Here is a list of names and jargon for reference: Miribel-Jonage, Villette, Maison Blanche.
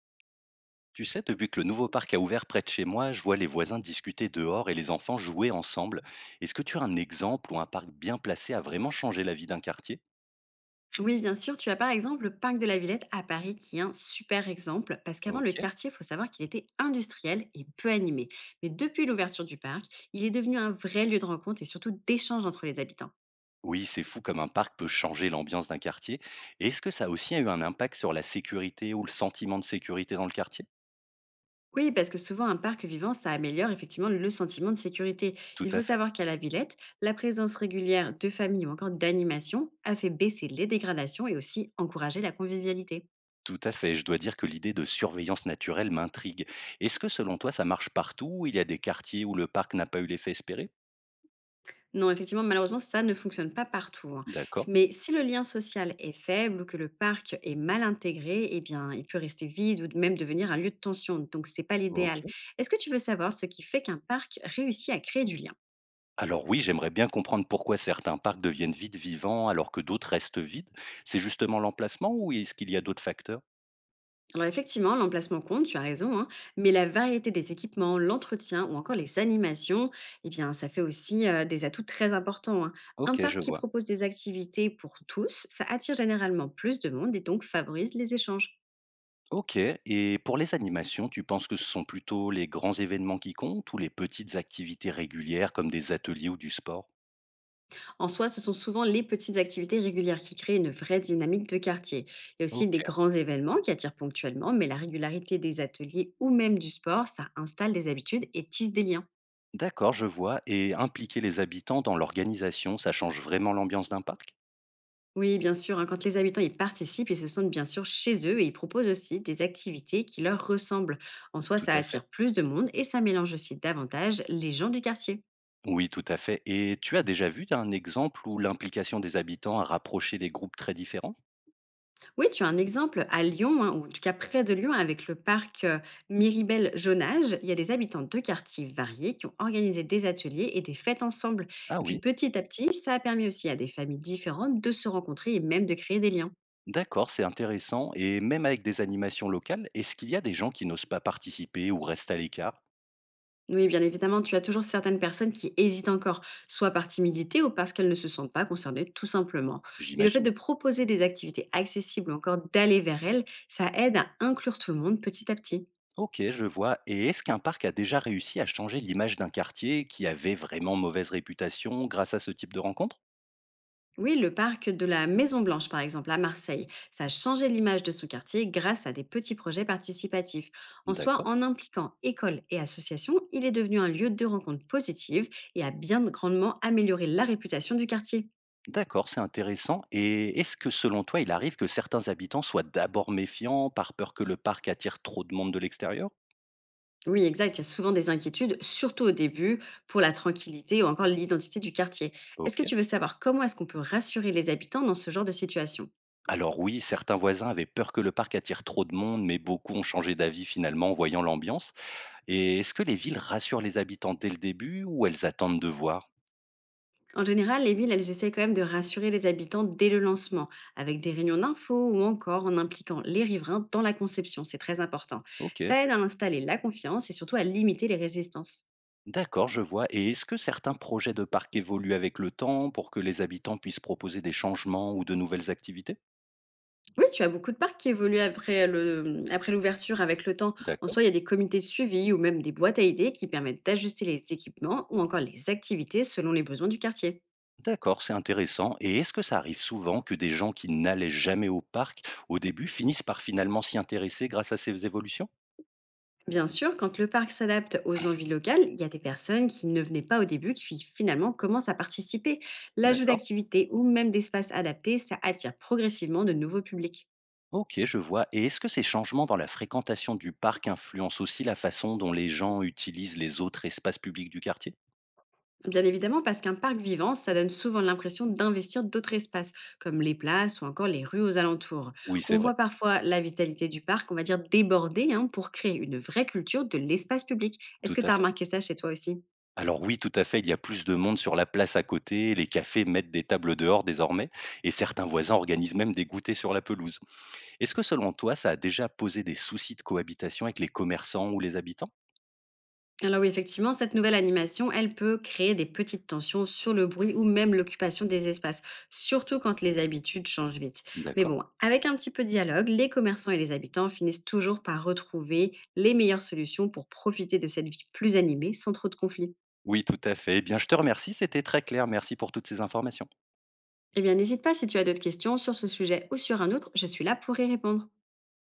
Tu sais, depuis que le nouveau parc a ouvert près de chez moi, je vois les voisins discuter dehors et les enfants jouer ensemble. Est-ce que tu as un exemple où un parc bien placé a vraiment changé la vie d'un quartier? Oui, bien sûr, tu as par exemple le parc de la Villette à Paris qui est un super exemple parce qu'avant le Ok. quartier, il faut savoir qu'il était industriel et peu animé. Mais depuis l'ouverture du parc, il est devenu un vrai lieu de rencontre et surtout d'échange entre les habitants. Oui, c'est fou comme un parc peut changer l'ambiance d'un quartier. Et est-ce que ça a aussi eu un impact sur la sécurité ou le sentiment de sécurité dans le quartier? Oui, parce que souvent un parc vivant, ça améliore effectivement le sentiment de sécurité. Tout Il faut à fait. savoir qu'à la Villette, la présence régulière de familles ou encore d'animations a fait baisser les dégradations et aussi encourager la convivialité. Tout à fait. Je dois dire que l'idée de surveillance naturelle m'intrigue. Est-ce que selon toi, ça marche partout ou il y a des quartiers où le parc n'a pas eu l'effet espéré? Non, effectivement, malheureusement, ça ne fonctionne pas partout, hein. D'accord. Mais si le lien social est faible ou que le parc est mal intégré, eh bien, il peut rester vide ou même devenir un lieu de tension. Donc, c'est pas Ok. l'idéal. Est-ce que tu veux savoir ce qui fait qu'un parc réussit à créer du lien? Alors oui, j'aimerais bien comprendre pourquoi certains parcs deviennent vite vivants alors que d'autres restent vides. C'est justement l'emplacement ou est-ce qu'il y a d'autres facteurs? Alors, effectivement, l'emplacement compte, tu as raison, hein, mais la variété des équipements, l'entretien ou encore les animations, eh bien, ça fait aussi des atouts très importants, hein. Un Ok, parc je qui vois. propose des activités pour tous, ça attire généralement plus de monde et donc favorise les échanges. Ok, et pour les animations, tu penses que ce sont plutôt les grands événements qui comptent ou les petites activités régulières comme des ateliers ou du sport? En soi, ce sont souvent les petites activités régulières qui créent une vraie dynamique de quartier. Il y a aussi Ok, des grands événements qui attirent ponctuellement, mais la régularité des ateliers ou même du sport, ça installe des habitudes et tisse des liens. d'accord, je vois. Et impliquer les habitants dans l'organisation, ça change vraiment l'ambiance d'un parc? Oui, bien sûr, hein, quand les habitants y participent, ils se sentent bien sûr chez eux et ils proposent aussi des activités qui leur ressemblent. En soi, Tout ça à fait. attire plus de monde et ça mélange aussi davantage les gens du quartier. Oui, tout à fait. Et tu as déjà vu un exemple où l'implication des habitants a rapproché des groupes très différents? Oui, tu as un exemple à Lyon, hein, ou en tout cas près de Lyon, avec le parc Miribel-Jonage. Il y a des habitants de quartiers variés qui ont organisé des ateliers et des fêtes ensemble. Ah Et puis oui, petit à petit, ça a permis aussi à des familles différentes de se rencontrer et même de créer des liens. d'accord, c'est intéressant. Et même avec des animations locales, est-ce qu'il y a des gens qui n'osent pas participer ou restent à l'écart? Oui, bien évidemment, tu as toujours certaines personnes qui hésitent encore, soit par timidité ou parce qu'elles ne se sentent pas concernées, tout simplement. Et le fait de J'imagine. proposer des activités accessibles ou encore d'aller vers elles, ça aide à inclure tout le monde petit à petit. Ok, je vois. Et est-ce qu'un parc a déjà réussi à changer l'image d'un quartier qui avait vraiment mauvaise réputation grâce à ce type de rencontre? Oui, le parc de la Maison Blanche, par exemple, à Marseille, ça a changé l'image de son quartier grâce à des petits projets participatifs. En soi, D'accord. en impliquant écoles et associations, il est devenu un lieu de rencontre positive et a bien grandement amélioré la réputation du quartier. D'accord, c'est intéressant. Et est-ce que selon toi, il arrive que certains habitants soient d'abord méfiants par peur que le parc attire trop de monde de l'extérieur? Oui, exact. Il y a souvent des inquiétudes, surtout au début, pour la tranquillité ou encore l'identité du quartier. Est-ce que Ok. tu veux savoir comment est-ce qu'on peut rassurer les habitants dans ce genre de situation? Alors oui, certains voisins avaient peur que le parc attire trop de monde, mais beaucoup ont changé d'avis finalement en voyant l'ambiance. Et est-ce que les villes rassurent les habitants dès le début ou elles attendent de voir? En général, les villes, elles essaient quand même de rassurer les habitants dès le lancement, avec des réunions d'infos ou encore en impliquant les riverains dans la conception. C'est très important. Ok, Ça aide à installer la confiance et surtout à limiter les résistances. d'accord, je vois. Et est-ce que certains projets de parc évoluent avec le temps pour que les habitants puissent proposer des changements ou de nouvelles activités? Oui, tu as beaucoup de parcs qui évoluent après l'ouverture avec le temps. En D'accord. soi, il y a des comités de suivi ou même des boîtes à idées qui permettent d'ajuster les équipements ou encore les activités selon les besoins du quartier. D'accord, c'est intéressant. Et est-ce que ça arrive souvent que des gens qui n'allaient jamais au parc au début finissent par finalement s'y intéresser grâce à ces évolutions? Bien sûr, quand le parc s'adapte aux envies locales, il y a des personnes qui ne venaient pas au début, qui finalement commencent à participer. L'ajout D'accord. d'activités ou même d'espaces adaptés, ça attire progressivement de nouveaux publics. Ok, je vois. Et est-ce que ces changements dans la fréquentation du parc influencent aussi la façon dont les gens utilisent les autres espaces publics du quartier? Bien évidemment, parce qu'un parc vivant, ça donne souvent l'impression d'investir d'autres espaces, comme les places ou encore les rues aux alentours. Oui, On c'est vrai, voit parfois la vitalité du parc, on va dire, déborder, hein, pour créer une vraie culture de l'espace public. Est-ce tout que tu à as fait. remarqué ça chez toi aussi? Alors oui, tout à fait, il y a plus de monde sur la place à côté, les cafés mettent des tables dehors désormais, et certains voisins organisent même des goûters sur la pelouse. Est-ce que selon toi, ça a déjà posé des soucis de cohabitation avec les commerçants ou les habitants? Alors oui, effectivement, cette nouvelle animation, elle peut créer des petites tensions sur le bruit ou même l'occupation des espaces, surtout quand les habitudes changent vite. Mais D'accord. bon, avec un petit peu de dialogue, les commerçants et les habitants finissent toujours par retrouver les meilleures solutions pour profiter de cette vie plus animée sans trop de conflits. Oui, tout à fait. Eh bien, je te remercie, c'était très clair. Merci pour toutes ces informations. Eh bien, n'hésite pas si tu as d'autres questions sur ce sujet ou sur un autre, je suis là pour y répondre.